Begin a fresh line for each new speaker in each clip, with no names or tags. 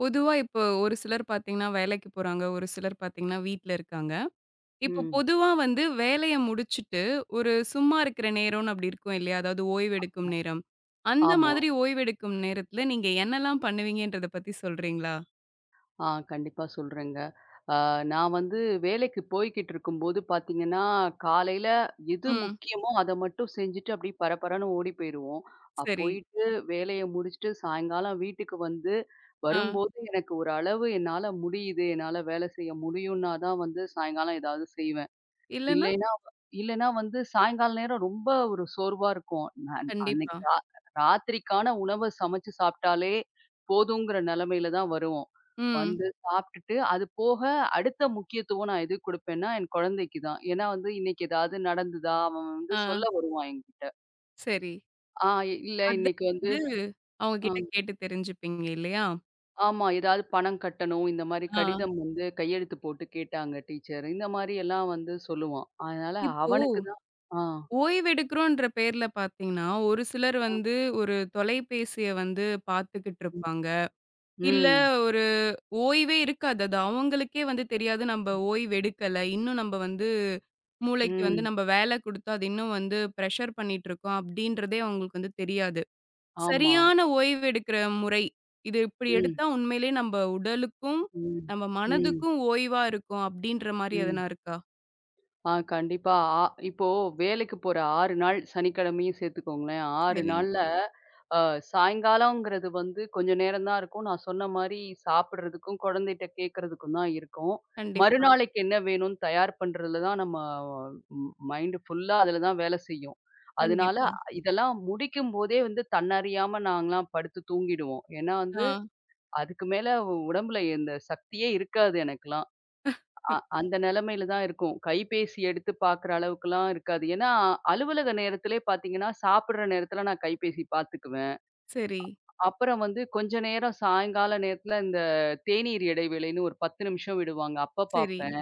பொதுவா இப்போ ஒரு சிலர் பார்த்தீங்கன்னா, வேலைக்கு போறாங்க. ஒரு சிலர் பார்த்தீங்கன்னா, வீட்ல இருக்காங்க. இப்போ
ம்.
பொதுவா வேலைய முடிச்சுட்டு, ஒரு சும்மா இருக்கிற நேரம்னு அப்படி இருக்கும் இல்லையா? அதாவது ஓய்வெடுக்கும் நேரம். அந்த
ஆமா.
மாதிரி ஓய்வெடுக்கும் நேரத்துல நீங்க என்னலாம் பண்ணுவீங்கன்றத பத்தி சொல்றீங்களா?
ஆ கண்டிப்பா சொல்றேங்க. ஆ நான் வந்து வேலைக்கு போய்க்கிட்டு இருக்கும்போது பார்த்தீங்கன்னா, காலையில எது
ம்.
முக்கியமோ அத மட்டும் செஞ்சுட்டு அப்படியே பரபரன்னு ஓடி போயிருவோம்.
சரி.
போயிட்டு வேலைய முடிச்சுட்டு சாயங்காலம் வீட்டுக்கு வந்து,
ஆ.
வரும்போது எனக்கு ஒரு அளவு என்னால முடியுது, என்னால வேலை செய்ய முடியும்னா தான் வந்து சாயங்காலம் ஏதாவது செய்வேன்.
இல்லன்னா?
இல்லைன்னா இல்லைன்னா வந்து சாயங்கால நேரம் ரொம்ப ஒரு சோர்வா இருக்கும். நான்
கண்டிப்பா.
அன்னைக்கு ராத்திரிக்கான உணவ சமைச்சு சாப்பிட்டாலே போதுங்கிற நிலைமையில தான் வருவோம்.
ம்.
வந்து சாப்பிட்டுட்டு, அது போக அடுத்த முக்கியத்துவம் நான் எதுக்கு குடுப்பேன்னா, என் குழந்தைக்கு தான். ஏன்னா வந்து இன்னைக்கு ஏதாவது நடந்ததா? அவன் வந்து
ஆ.
சொல்ல வருவான் என்கிட்ட.
சரி.
ஆ இல்ல
அத
இன்னைக்கு வந்து
வந்து அவங்க
அ
கிட்ட கேட்டு தெரிஞ்சுப்பீங்க இல்லையா?
ஆமா, ஏதாவது பணம் கட்டணும். இந்த மாரி
ஆ.
கடிதம் வந்து கையெழுத்து போட்டு கேட்டாங்க டீச்சர். இந்த மாரி எல்லாம் வந்து சொல்லுவான். அதனால
இப்போ
அவனுக்கு தான். ஆ.
ஓய்வெடுக்கிறோன்ற பேர்ல பார்த்தீங்கன்னா, ஒரு சிலர்
ஆ,
ஒரு தொலைபேசிய பார்த்துக்கிட்டுருப்பாங்க. இல்ல
ம்.
ஒரு ஓய்வே இருக்காது. அது அவங்களுக்கே தெரியாது நம்ப ஓய்வெடுக்கல. இன்னும் நம்ப மூளைக்கு
ம்.
நம்ப வேலை குடுத்து, அது இன்னும் பிரஷர் பண்ணிட்டுருக்கோம் அப்படின்றதே அவங்களுக்கு தெரியாது.
ஆமா.
சரியான ஓய்வெடுக்கிற முறை, இது இப்படி
ம்,
எடுத்தா உண்மையிலேயே நம்ப உடலுக்கும்,
ம்,
நம்ம
ம்,
மனதுக்கும் ஓய்வா இருக்கும் அப்படின்ற மாரி
ம்.
எதனா இருக்கா?
ஆ கண்டிப்பா. இப்போ வேலைக்கு போற 6 நாள் சனிக்கிழமையும் சேர்த்துக்கோங்களேன். 6
சரி.
நாள்ல அ சாயங்காலம்ங்கிறது வந்து கொஞ்சம் நேரம் தான் இருக்கும். நான் சொன்ன மாரி சாப்பிடுறதுக்கும், குழந்தைட்ட கேட்கறதுக்கும் தான் இருக்கும்.
கண்டிப்பா,
மறுநாளைக்கு என்ன வேணும்னு தயார் பண்றதுல தான் நம்ம மைண்ட் ஃபுல்லா அதுல தான் வேலை செய்யும். அதனால
கண்டிப்பா.
இதெல்லாம் முடிக்கும்போதே வந்து தன்னறியாம நாங்கலாம் படுத்து தூங்கிடுவோம். ஏன்னா வந்து
ஆ,
அதுக்கு மேல உடம்புல இந்த சக்தியே இருக்காது எனக்கெல்லாம். அந்த நெலைமையில தான் இருக்கும். கைபேசி எடுத்து பார்க்குற அளவுக்குலாம் இருக்காது. ஏன்னா, அலுவலக நேரத்திலே பார்த்தீங்கன்னா, சாப்பிடுற நேரத்தில நான் கைபேசி பார்த்துக்குவேன்.
சரி.
அப்புறம் வந்து கொஞ்ச நேரம் சாயங்கால நேரத்தில இந்த தேநீர் இடைவேளைன்னு ஒரு 10 நிமிஷம் விடுவாங்க. அப்ப
சரி.
பார்ப்பேன்.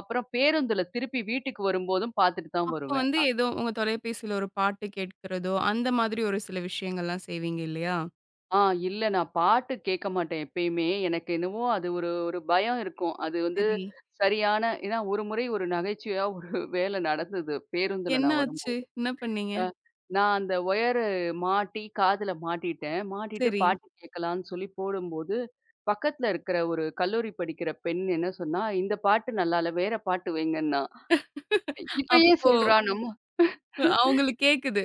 அப்புறம் பேருந்துல திருப்பி வீட்டுக்கு வரும்போதும் பார்த்துட்டு தான்
அப்போ
வருவேன்.
ஏதோ உங்க தொலைபேசியில ஒரு பாட்டு கேட்கிறதோ, அந்த மாதிரி ஒரு சில விஷயங்கள்லாம் செய்வீங்க இல்லையா?
ஆ இல்ல, நான் பாட்டு கேட்க மாட்டேன் எப்பயுமே. எனக்கு என்னவோ அது ஒரு ஒரு பயம் இருக்கும். அது வந்து
சரி.
சரியான ஏன்னா ஒரு முறை ஒரு நகைச்சுவையா ஒரு வேலை நடந்தது. பேருந்துல
என்ன
நான்
ஆச்சு?
வரும்போது.
என்ன பண்ணீங்க?
நான் அந்த மாட்டி காதுல மாட்டிட்டேன். மாட்டிட்டு
சரி.
பாட்டு கேட்கலான்னு சொல்லி போடும்போது, பக்கத்துல இருக்கிற ஒரு கல்லூரி படிக்கிற பெண் என்ன சொன்னா, "இந்த பாட்டு நல்லா இல்ல. வேற பாட்டு வைங்கன்னா." இவ ஏன்
அப்போ
சொல்றா? நம்ம
அவங்களுக்கு கேக்குது.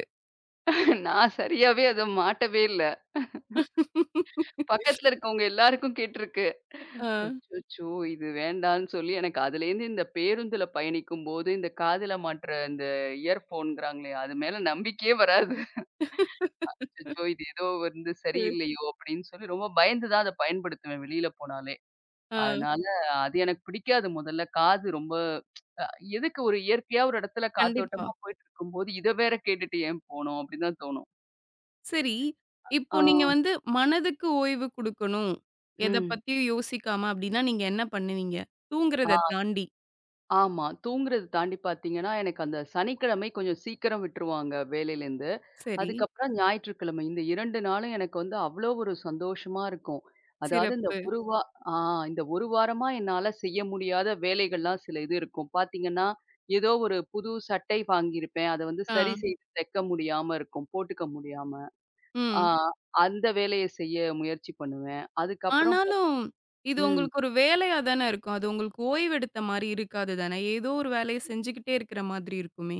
நான் சரியாவே அத மாட்டவே இல்ல. பக்கத்துல இருக்கவங்க எல்லாருக்கும் கேட்டிருக்கு.
ஆ.
அச்சச்சோ! இது வேண்டான்னு சொல்லி எனக்கு அதுலேருந்து இந்த பேருந்துல பயணிக்கும்போது, இந்த காதுல மாட்ற இந்த இயர்ஃபோன்ங்கிறாங்களே, அது மேல நம்பிக்கையே வராது. அச்சச்சோ! இது ஏதோ வந்து சரியில்லையோ அப்படின்னு சொல்லி ரொம்ப பயந்து தான் அத பயன்படுத்துவேன் வெளியில போனாலே.
ஆ.
அதனால அது எனக்கு பிடிக்காது முதல்ல. காது ரொம்ப அ எதுக்கு ஒரு இயற்கையா ஒரு இடத்துல
கண்டிப்பா.
காத்தோட்டமா போயிட்டுருக்கும்போது, இத வேற கேட்டுட்டு ஏன் போணும்? அப்படின்னு தான் தோணும்.
சரி. இப்போ
ஆ.
நீங்க மனதுக்கு ஓய்வு குடுக்கணும். எத
ம்.
பத்தியும் யோசிக்காம அப்படின்னா, நீங்க என்ன பண்ணுவீங்க? தூங்குறத தாண்டி.
ஆமா. தூங்குறது தாண்டி பார்த்தீங்கன்னா, எனக்கு அந்த சனிக்கிழமை கொஞ்சம் சீக்கிரம் விட்டுருவாங்க வேலையிலேருந்து.
சரி.
அதுக்கப்புறம் ஞாயிற்றுக்கிழமை இந்த 2 நாளும் எனக்கு வந்து அவ்வளோ ஒரு சந்தோஷமா இருக்கும். அதாவது இந்த
சிறப்பு.
ஒரு வா ஆ இந்த ஒரு வாரமா என்னால செய்ய முடியாத வேலைகள்லாம் சில இது இருக்கும். பார்த்தீங்கன்னா, ஏதோ ஒரு புது சட்டை வாங்கியிருப்பேன். அத வந்து
ஆ.
சரி செய்து தைக்க முடியாம இருக்கும். போட்டுக்க முடியாம. ஆ
ம்.
அந்த வேலைய செய்ய முயற்சி பண்ணுவேன். அதுக்கப்புறம் பாத்
ஆனாலும், இது
ம்.
உங்களுக்கு ஒரு வேலையா தானே இருக்கும். அது உங்களுக்கு ஓய்வெடுத்த மாரி இருக்காது தானே! ஏதோ ஒரு வேலைய செஞ்சுகிட்டே இருக்கிற மாதிரி இருக்குமே!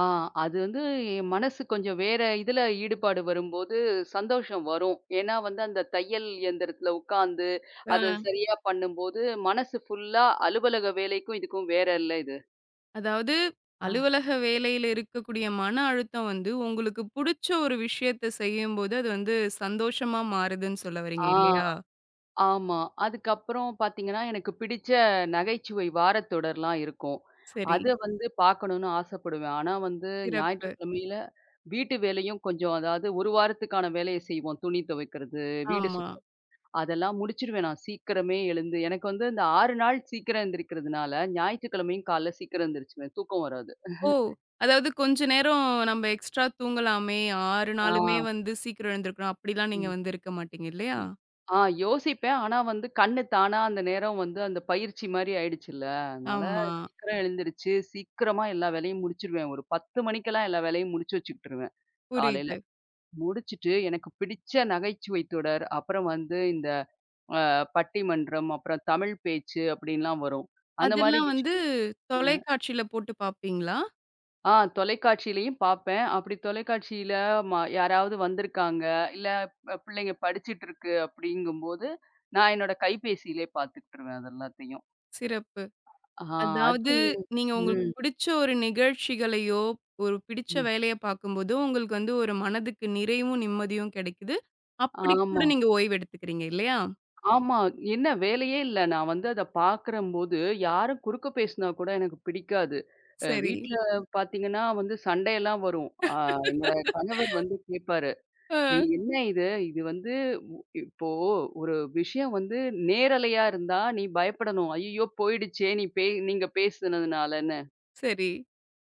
ஆ அது வந்து என் மனசு கொஞ்சம் வேற இதுல ஈடுபாடு வரும்போது சந்தோஷம் வரும். ஏன்னா வந்து அந்த தையல் இயந்திரத்துல உட்காந்து, அத
அ
சரியா பண்ணும்போது மனசு ஃபுல்லா அலுவலக வேலைக்கும் இதுக்கும் வேற இல்ல இது.
அதாவது
ஆ.
அலுவலக வேலையில இருக்கக்கூடிய மன அழுத்தம், உங்களுக்கு புடிச்ச ஒரு விஷயத்த செய்யும்போது, அது சந்தோஷமா மாறுதுன்னு சொல்ல வர்றீங்க இல்லையா?
ஆ ஆமா. அதுக்கப்புறம் பார்த்தீங்கன்னா, எனக்கு பிடிச்ச நகைச்சுவை வாரத்தொடர்லாம் இருக்கும்.
சரி,
அத வந்து பார்க்கணும்னு ஆசைப்படுவேன். ஆனா வந்து
சிறப்பு.
ஞாயிற்றுக்கிழமையில வீட்டு வேலையும் கொஞ்சம் அதாவது ஒரு வாரத்துக்கான வேலைய செய்வோம். துணி துவைக்கிறது, வீடு
ஆமா.
அதெல்லாம் முடிச்சிருவேன் நான் சீக்கிரமே எழுந்து. எனக்கு வந்து இந்த 6 நாள் சீக்கிரம் எந்திரிக்கிறதுனால, ஞாயிற்றுக்கிழமையும் காலைல சீக்கிரம் எந்திரிச்சுருவேன். தூக்கம் வராது.
ஓ! அதாவது கொஞ்ச நேரம் நம்ம எக்ஸ்ட்ரா தூங்கலாமே, 6
ஆ.
நாளுமே சீக்கிரம் எழுந்திருக்கணும். அப்படிலாம் நீங்க
ம்.
இருக்க மாட்டீங்க இல்லையா?
இ ஆ யோசிப்பேன். ஆனா வந்து கண்ணு தானா அந்த நேரம் வந்து அந்த பயிற்சி மாரி ஆயிடுச்சுல்ல. அதனால
ஆமா,
சீக்கிரம் எழுந்திரிச்சு, சீக்கிரமா எல்லா வேலையும் முடிச்சுருவேன். ஒரு 10 மணிக்கெல்லாம் எல்லா வேலையும் முடிச்சு வச்சுக்கிட்டுருவேன் காலையில.
புரியுது.
முடிச்சுட்டு எனக்கு பிடிச்ச நகைச்சுவை தொடர், அப்புறம் வந்து இந்த அ பட்டிமன்றம், அப்புறம் தமிழ் பேச்சு அப்படின்லாம் வரும். அந்த மாரி
அதெல்லாம்
விஷயம்
தொலைக்காட்சியில போட்டு பார்ப்பீங்களா?
தொலைக்காட்சியிலயும் பார்ப்பேன். அப்படி தொலைக்காட்சியில யாராவது வந்திருக்காங்க, இல்ல பிள்ளைங்க படிச்சுட்டு இருக்கு அப்படிங்கும்போது, நான் என்னோட கைபேசியிலே பார்த்துக்கிட்டுருவேன் அது எல்லாத்தையும்.
சிறப்பு.
ஆ அது
அதாவது, நீங்க உங்களுக்கு
ம்,
பிடிச்ச ஒரு நிகழ்ச்சிகளையோ, ஒரு பிடிச்ச
ம்.
வேலைய பார்க்கும்போதோ, உங்களுக்கு ஒரு மனதுக்கு நிறைவும், நிம்மதியும் கிடைக்குது. அப்படி கூட
ஆமா,
நீங்க ஓய்வு எடுத்துக்கிறீங்க இல்லையா?
ஆமா. என்ன வேலையே இல்ல. நான் வந்து அத பார்க்கிறம்போது, யாரும் குறுக்க பேசினா கூட எனக்கு பிடிக்காது.
சரி.
வீட்ல பார்த்தீங்கன்னா வந்து சண்டையெல்லாம் வரும். என்னோட கணவர் வந்து கேட்பாரு.
ஆ,
நீ என்ன இது? இது வந்து உ இப்போ ஒரு விஷயம் வந்து நேரலையா இருந்தா, நீ பயப்படணும். "ஐயய்யோ! போயிடுச்சே! நீ நீங்க பேசுனதுனாலன்னு."
சரி.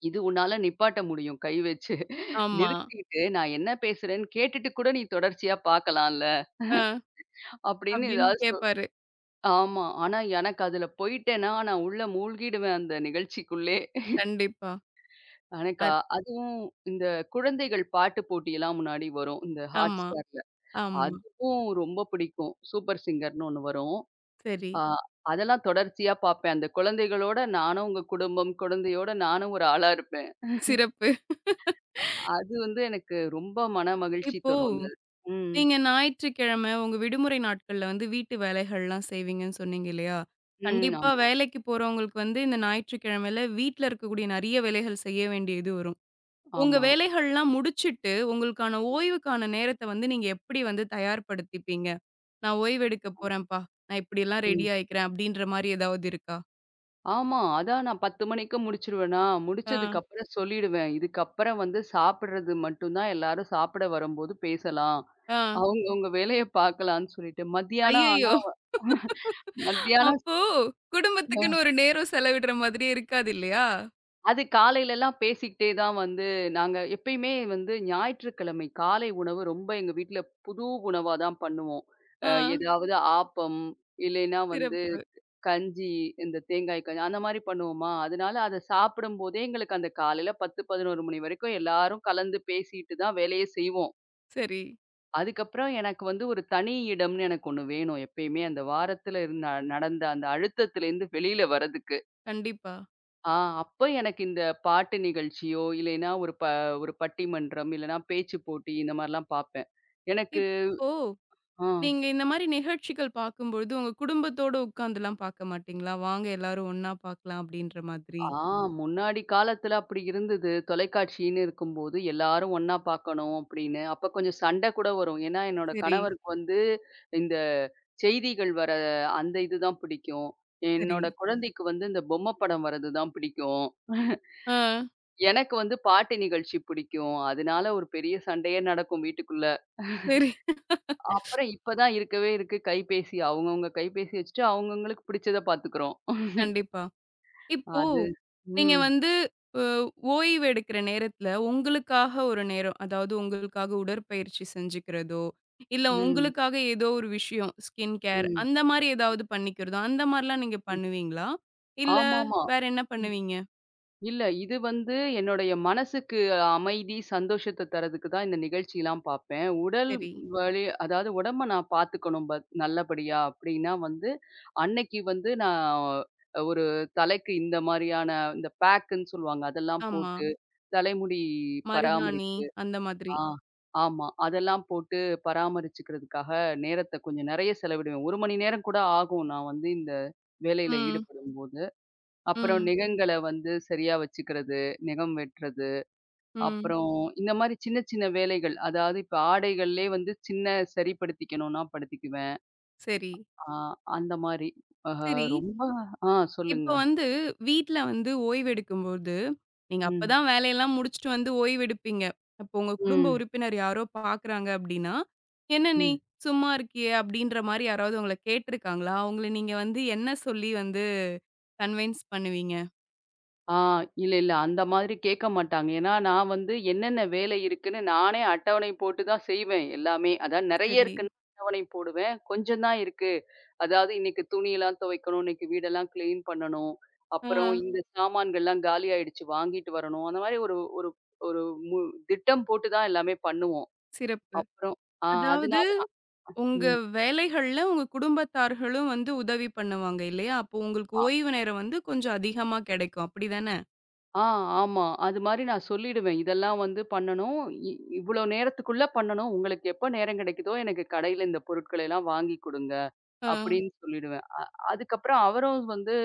இது உன்னால நிப்பாட்ட முடியும் கை வச்சு.
ஆமா.
நிறுத்திட்டு, "நான் என்ன பேசுறேன்னு கேட்டுட்டு கூட நீ தொடர்ச்சியா பார்க்கலாம்ல."
ஆ,
அப்படின்னு
அப்படின்னு
ஏதாவது சொ
கேட்பாரு.
ஆமா. ஆனா எனக்கு அதுல போயிட்டேன்னா, நான் உள்ள மூழ்கிடுவேன் அந்த நிகழ்ச்சிக்குள்ளே.
கண்டிப்பா.
எனக்கா
அத்
அதுவும் இந்த குழந்தைகள் பாட்டு போட்டியெல்லாம் முன்னாடி வரும். இந்த
ஆமா,
Hotstarல.
ஆமா.
அதுவும் ரொம்ப பிடிக்கும். சூப்பர் சிங்கர்ன்னு ஒண்ணு வரும்.
சரி.
ஆ அதெல்லாம் தொடர்ச்சியா பார்ப்பேன். அந்த குழந்தைகளோட நானும் உங்க குடும்பம், குழந்தையோட நானும் ஒரு ஆளா இருப்பேன்.
சிறப்பு.
அது வந்து எனக்கு ரொம்ப மன மகிழ்ச்சி
இப்போ
தரும் அது. ம்.
நீங்க ஞாயிற்றுக்கிழமை உங்க விடுமுறை நாட்கள்ல வீட்டு வேலைகள்லாம் செய்வீங்கன்னு சொன்னீங்க இல்லையா?
ம்.
கண்டிப்பா
ஆமா,
வேலைக்கு போறவங்களுக்கு இந்த ஞாயிற்றுக்கிழமையில வீட்ல இருக்கக்கூடிய நெறைய வேலைகள் செய்ய வேண்டியது வரும். உங்க
ஆமா.
வேலைகள்லாம் முடிச்சுட்டு, உங்களுக்கான ஓய்வுக்கான நேரத்த நீங்க எப்படி தயார்படுத்திப்பீங்க? "நான் ஓய்வு எடுக்க போறேன்ப்பா. நான் இப்படிலாம்
ம்.
ரெடி ஆயிக்கிறேன்." அப்படீன்ற மாரி ஏதாவது இருக்கா?
ஆமா. அதான் நான் 10 மணிக்கு முடிச்சுருவேனா,
ஆ,
முடிச்சதுக்கப்புறம் சொல்லிடுவேன். இதுக்கப்புறம் வந்து சாப்பிடுறது மட்டும் தான் எல்லாரும் சாப்பிட வரும்போது பேசலாம்.
ஆ.
அவங்கவங்க வேலைய பார்க்கலான்னு சொல்லிட்டு. மத்தியானம் ஆனா
ஐயய்யோ!
மத்தியானம்
அப்போ குடும்பத்துக்குன்னு ஒரு நேரம் செலவிடுற மாதிரியே இருக்காது இல்லையா?
அது காலையிலலாம் பேசிக்கிட்டே தான் வந்து நாங்க எப்பயுமே வந்து ஞாயிற்றுக்கிழமை காலை உணவு ரொம்ப எங்க வீட்ல புது உணவா தான் பண்ணுவோம்.
ஆ,
ஏதாவது ஆப்பம், இல்லைன்னா வந்து
சிறப்பு.
கஞ்சி, இந்த தேங்காய் கஞ்சி அந்த மாரி பண்ணுவோமா, அதனால அத சாப்பிடும்போதே எங்களுக்கு அந்த காலையில 10, 11 மணி வரைக்கும் எல்லாரும் கலந்து பேசிட்டு தான் வேலையே செய்வோம்.
சரி.
அதுக்கப்புறம் எனக்கு வந்து ஒரு தனி இடம்னு எனக்கு ஒண்ணு வேணும் எப்பயுமே. அந்த வாரத்துல இருந்த நடந்த அந்த அழுத்தத்திலேருந்து வெளியில வர்றதுக்கு.
கண்டிப்பா.
ஆ அப்ப எனக்கு இந்த பாட்டு நிகழ்ச்சியோ, இல்லைன்னா ஒரு பட்டிமன்றம், இல்லன்னா பேச்சு போட்டி இந்த மாரிலாம் பார்ப்பேன். எனக்கு
இப்போ
ஆ,
நீங்க இந்த மாரி நிகழ்ச்சிகள் பார்க்கும்பொழுது, உங்க குடும்பத்தோட உட்கார்ந்துலாம் பார்க்க மாட்டீங்களா? வாங்க எல்லாரும் ஒண்ணா பார்க்கலாம் அப்படின்ற மாதிரி.
ஆ முன்னாடி காலத்துல அப்படி இருந்தது. தொலைக்காட்சின்னு இருக்கும்போது எல்லாரும் ஒண்ணா பார்க்கணும் அப்படின்னு. அப்ப கொஞ்சம் சண்டை கூட வரும். ஏன்னா என்னோட
சரி,
கணவருக்கு வந்து இந்த செய்திகள் வர அந்த இதுதான் பிடிக்கும்.
சரி.
என்னோட குழந்தைக்கு வந்து இந்த பொம்மை படம் வர்றது தான் பிடிக்கும்.
ஆ,
எனக்கு வந்து பாட்டு நிகழ்ச்சி பிடிக்கும். அதனால ஒரு பெரிய சண்டையே நடக்கும் வீட்டுக்குள்ள.
சரி.
அப்புறம் இப்ப தான் இருக்கவே இருக்கு கைபேசி. அவங்கவங்க கைபேசி வச்சுட்டு அவங்கவங்களுக்கு பிடிச்சத பார்த்துக்கிறோம்.
கண்டிப்பா. இப்போ
அது
நீங்க
ம்,
அ ஓய்வு எடுக்கிற நேரத்துல உங்களுக்காக ஒரு நேரம், அதாவது உங்களுக்காக உடற்பயிற்சி செஞ்சுக்கிறதோ, இல்ல
ம்,
உங்களுக்காக ஏதோ ஒரு விஷயம் ஸ்கின் கேர்
ம்,
அந்த மாரி ஏதாவது பண்ணிக்கிறதோ, அந்த மாரிலாம் நீங்க
ம்.
பண்ணுவீங்களா? இல்ல
ஆமாமா.
வேற என்ன
ம்.
பண்ணுவீங்க?
இல்ல, இது வந்து என்னுடைய மனசுக்கு அமைதி, சந்தோஷத்த தர்றதுக்கு தான் இந்த நிகழ்ச்சிலாம் பார்ப்பேன். உடல்
சரி.
வலி அதாவது உடம்ப நான் பார்த்துக்கணும் நல்லபடியா அப்படின்னா வந்து, அன்னைக்கு வந்து நான் ஒரு தலைக்கு இந்த மாரியான இந்த பேக்குன்னு சொல்லுவாங்க. அதெல்லாம்
ஆமா.
போட்டு தலைமுடி
மருதாணி
பராமரிப்பு.
அந்த மாதிரி.
ஆ. ஆமா. அதெல்லாம் போட்டு பராமரிச்சுக்கிறதுக்காக நேரத்த கொஞ்சம் நெறைய செலவிடுவேன். 1 மணி நேரம் கூட ஆகும். நான் வந்து இந்த வேலையில
ம்.
ஈடுபடும்போது. அப்புறம்
ம்.
நெகங்கள வந்து சரியா வச்சுக்கிறது, நெகம் வெட்டுறது,
ம்.
அப்புறம் இந்த மாரி சின்ன சின்ன வேலைகள். அதாவது இப்ப ஆடைகள்லயே வந்து சின்ன சரிப்படுத்திக்கணும்னா படுத்திக்குவேன்.
சரி.
ஆ அந்த மாரி. ஆஹ
சரி.
ரொம்ப ஆ
இப்ப
சொல்லுங்க.
வீட்ல ஓய்வெடுக்கும்போது, நீங்க
ம்.
அப்பதான் வேலையெல்லாம் முடிச்சுட்டு ஓய்வெடுப்பீங்க. அப்போ உங்க குடும்ப
ம்.
உறுப்பினர் யாரோ பார்க்குறாங்க அப்படின்னா, "என்ன நீ
ம்.
சும்மா இருக்கியே?" அப்படின்ற மாரி யாராவது உங்கள கேட்டுருக்காங்களா? அவங்கள நீங்க என்ன சொல்லி கன்வின்ஸ் பண்ணுவீங்க?
ஆ. இல்ல, இல்ல. அந்த மாதிரி கேட்க மாட்டாங்க. ஏன்னா, நான் வந்து என்னென்ன வேலை இருக்குன்னு நானே அட்டவணை போட்டு தான் செய்வேன் எல்லாமே. அதாவது நெறைய
சரி.
இருக்குன்னு அட்டவணை போடுவேன். கொஞ்சம் தான் இருக்கு. அதாவது இன்னைக்கு துணியெல்லாம் துவைக்கணும், இன்னைக்கு வீடெல்லாம் கிளீன் பண்ணணும்.
ஆ,
அப்புறம் இந்த சாமான்கள்லாம் காலி ஆயிடுச்சு வாங்கிட்டு வரணும். அந்த மாரி ஒரு ஒரு ஒரு மு திட்டம் போட்டு தான் எல்லாமே பண்ணுவோம்.
சிறப்பு.
அப்புறம் ஆ
அதாவது
அதனால
உங்க
ம்.
வேலைகள்ல உங்க குடும்பத்தார்களும் உதவி பண்ணுவாங்க இல்லையா? அப்போ உங்களுக்கு ஓய்வு நேரம் கொஞ்சம் அதிகமா கிடைக்கும். அப்படிதானே?
ஆ, ஆமா. அது மாரி நான் சொல்லிடுவேன். இதெல்லாம் வந்து பண்ணணும். இ இவ்வளோ நேரத்துக்குள்ள பண்ணணும். உங்களுக்கு எப்ப நேரம் கிடைக்குதோ, எனக்கு கடையில இந்த பொருட்களை எல்லாம் வாங்கி குடுங்க
ஆ.
அப்படின்னு சொல்லிடுவேன். அதுக்கப்புறம் அவரும் வந்து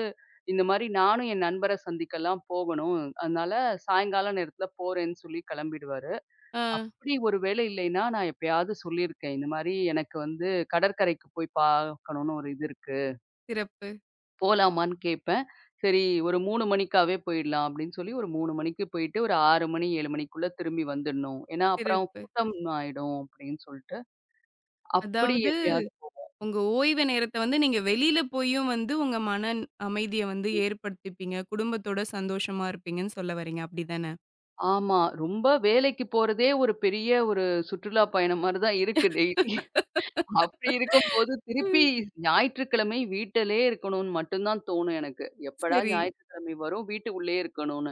இந்த மாரி நானும் என் நண்பர சந்திக்கலாம் போகணும். அதனால சாயங்கால நேரத்துல போறேன்னு சொல்லி கிளம்பிடுவாரு.
ஆ.
அப்படி ஒரு வேளை இல்லைன்னா, நான் எப்பயாவது சொல்லியிருக்கேன். இந்த மாரி எனக்கு வந்து கடற்கரைக்கு போய் பார்க்கணும்னு ஒரு இது இருக்கு.
சிறப்பு,
போலாமான்னு கேட்பேன். சரி, ஒரு 3 மணிக்காவே போயிடலாம் அப்படின்னு சொல்லி ஒரு 3 மணிக்கு போயிட்டு ஒரு 6 மணி 7 மணிக்குள்ள திரும்பி வந்துடணும். ஏன்னா அப்புறம்
சிறப்பு.
கூட்டம் ஆயிடும் அப்படின்னு சொல்லிட்டு, அப்படி
அதாவது
எப்பயாவது.
உங்க ஓய்வு நேரத்த நீங்க வெளியில போயும் உங்க மன அமைதிய ஏற்படுத்திப்பீங்க. குடும்பத்தோட சந்தோஷமா இருப்பீங்கன்னு சொல்ல வரீங்க. அப்படிதானே?
ஆமா. ரொம்ப வேலைக்கு போறதே ஒரு பெரிய ஒரு சுற்றுலா பயணம் மாரி தான் இருக்கு டெய்லி. அப்படி இருக்கும்போது திருப்பி
ம்.
ஞாயிற்றுக்கிழமை வீட்டிலேயே இருக்கணும்னு மட்டும் தான் தோணும் எனக்கு. எப்படா
சரி.
ஞாயிற்றுக்கிழமை வரும் வீட்டுக்குள்ளேயே இருக்கணும்னு.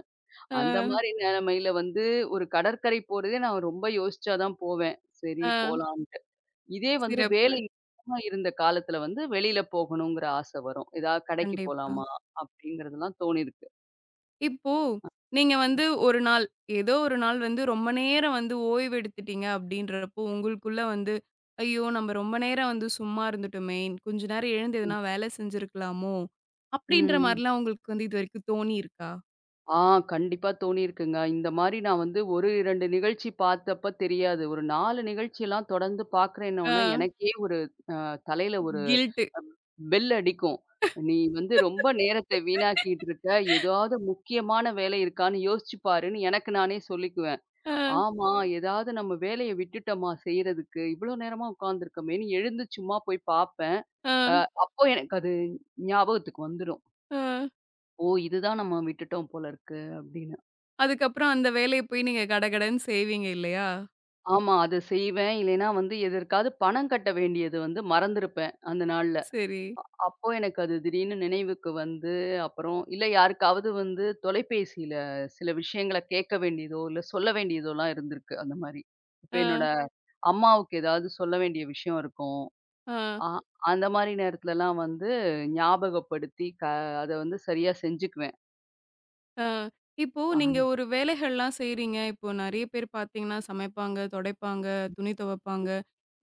ஆ,
அந்த மாரி நிலைமையில வந்து ஒரு கடற்கரை போறதே நான் ரொம்ப யோசிச்சா தான் போவேன்.
ஆ.
சரி போலாம். இதே வந்து
சிறப்பு.
வேலை இல்லாம இருந்த காலத்துல வந்து வெளியில போகணுங்கிற ஆசை வரும். ஏதாவது கடைக்கு
கண்டிப்பா.
போலாமா? அப்படிங்கிறதெல்லாம் தோணியிருக்கு.
இப்போ, நீங்க ஒரு நாள், ஏதோ ஒரு நாள் ரொம்ப நேரம் ஓய்வு எடுத்துட்டீங்க அப்படின்றப்போ, உங்களுக்குள்ள, "ஐயோ! நம்ம ரொம்ப நேரம் சும்மா இருந்துட்டோமே, கொஞ்ச நேரம் எழுந்து
ம்.
எதனா வேலை செஞ்சிருக்கலாமோ?" அப்படின்ற
ம்.
மாரிலாம் உங்களுக்கு இதுவரைக்கும் தோணியிருக்கா?
ஆ கண்டிப்பா தோணியிருக்குங்க. இந்த மாரி நான் வந்து 1, 2 நிகழ்ச்சி பார்த்தப்ப தெரியாது. ஒரு 4 நிகழ்ச்சியெல்லாம் தொடர்ந்து
ஆ.
பார்க்குறேன்னோனே, எனக்கே ஒரு அ தலையில ஒரு
கில்ட்டு.
பெல் அடிக்கும். நீ வந்து ரொம்ப நேரத்த வீணாக்கிட்டு இருக்க. ஏதாவது முக்கியமான வேலை இருக்கான்னு யோசிச்சு பாருன்னு எனக்கு நானே சொல்லிக்குவேன்.
ஆ,
ஆமா. ஏதாவது நம்ம வேலைய விட்டுட்டோமா செய்றதுக்கு, இவ்ளோ நேரமா உட்கார்ந்துருக்கோமேன்னு எழுந்து சும்மா போய் பார்ப்பேன்.
ஆ,
அ அப்போ எனக்கு அது ஞாபகத்துக்கு வந்துரும்.
ஆ.
ஓ! இதுதான் நம்ம விட்டுட்டோம் போல இருக்கு அப்படின்னு.
அதுக்கப்புறம் அந்த வேலைய போய் நீங்க கடகடன்னு செய்வீங்க இல்லையா?
ஆமா. அத செய்வேன். இல்லைன்னா வந்து எதற்காவது பணம் கட்ட வேண்டியது வந்து மறந்திருப்பேன் அந்த நாள்ல.
சரி.
அப்போ எனக்கு அது திடீர்னு நினைவுக்கு வந்து அப்புறம் இல்ல யாருக்காவது வந்து தொலைபேசியில சில விஷயங்கள கேட்க வேண்டியதோ, இல்ல சொல்ல வேண்டியதோலாம் இருந்திருக்கு அந்த மாரி. இப்ப
ஆ,
என்னோட அம்மாவுக்கு ஏதாவது சொல்ல வேண்டிய விஷயம் இருக்கும்.
ஆ.
ஆ அந்த மாரி நேரத்துலலாம் வந்து ஞாபகப்படுத்தி க அத வந்து சரியா செஞ்சுக்குவேன்.
ஆ, இப்போ நீங்க
ஆ.
ஒரு வேலைகள்லாம் செய்றீங்க. இப்போ நெறைய பேர் பார்த்தீங்கன்னா, சமைப்பாங்க, தொடைப்பாங்க, துணி துவைப்பாங்க.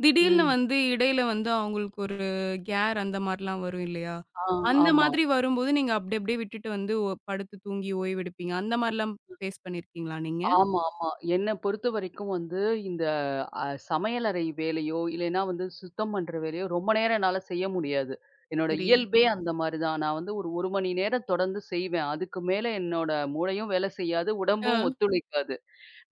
திடீர்னு
ம்.
இடையில அவங்களுக்கு ஒரு கேர் அந்த மாரிலாம் வரும் இல்லையா?
ஆ
அந்த
ஆமா.
மாதிரி வரும்போது நீங்க அப்டி அப்டியே விட்டுட்டு படுத்து தூங்கி ஓய்வெடுப்பீங்க. அந்த மாரிலாம் ஃபேஸ் பண்ணியிருக்கீங்களா நீங்க?
ஆமா, ஆமா. என்ன பொறுத்தவரைக்கும் வந்து இந்த அ சமையலறை வேலையோ, இல்லைன்னா வந்து சுத்தம் பண்ற வேலையோ ரொம்ப நேரம் என்னால செய்ய முடியாது. என்னோட
சரி.
இயல்பே ம். அந்த மாரி தான். நான் வந்து ஒரு 1 மணி நேரம் தொடர்ந்து செய்வேன். அதுக்கு மேல என்னோட மூளையும் வேலை செய்யாது,
ஆ,
உடம்பும் ஒத்துழைக்காது.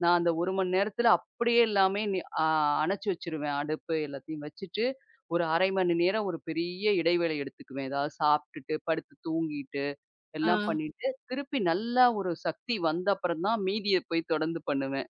நான் அந்த 1 மணி நேரத்துல அப்படியே எல்லாமே நி அ அணைச்சு வச்சுருவேன். அடுப்பு எல்லாத்தையும் வச்சுட்டு, ஒரு 1/2 மணி நேரம் ஒரு பெரிய இடைவேளை எடுத்துக்குவேன். ஏதாவது சாப்பிட்டுட்டு, படுத்து தூங்கிட்டு.
ஆ.
எல்லாம் பண்ணிட்டு, திருப்பி நல்லா ஒரு சக்தி வந்த அப்புறம் தான் மீதிய போய் தொடர்ந்து பண்ணுவேன்.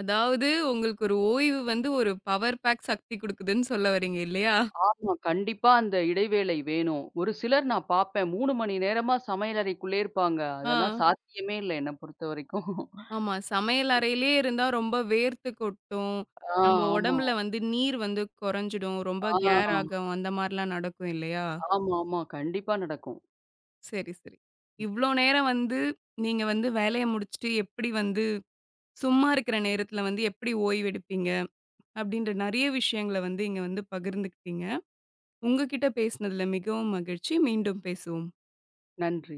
அதாவது உங்களுக்கு ஒரு ஓய்வு ஒரு பவர் பேக் சக்தி குடுக்குதுன்னு சொல்ல வரீங்க இல்லையா?
ஆமா. கண்டிப்பா அந்த இடைவேளை வேணும். ஒரு சிலர் நான் பார்ப்பேன் 3 மணி நேரமா சமையலறைக்குள்ளே இருப்பாங்க. அதெல்லாம்
ஆ.
சாத்தியமே இல்ல என்ன பொறுத்தவரைக்கும்.
ஆமா. சமையல் அறையிலே இருந்தா ரொம்ப வேர்த்து கொட்டும்.
ஆ
நம்ம
ஆமா.
உடம்புல நீர் குறைஞ்சிடும். ரொம்ப
ஆ
கேர் ஆகும். அந்த மாரிலாம் நடக்கும் இல்லையா?
ஆமாமா. கண்டிப்பா நடக்கும்.
சரி, சரி. இவ்ளோ நேரம் நீங்க வேலைய முடிச்சுட்டு எப்படி சும்மா இருக்கிற நேரத்துல எப்படி ஓய்வெடுப்பீங்க? அப்படின்ற நெறைய விஷயங்கள இங்க பகிர்ந்துக்கிட்டீங்க. உங்க கிட்ட பேசினதுல மிகவும் மகிழ்ச்சி. மீண்டும் பேசுவோம்.
நன்றி.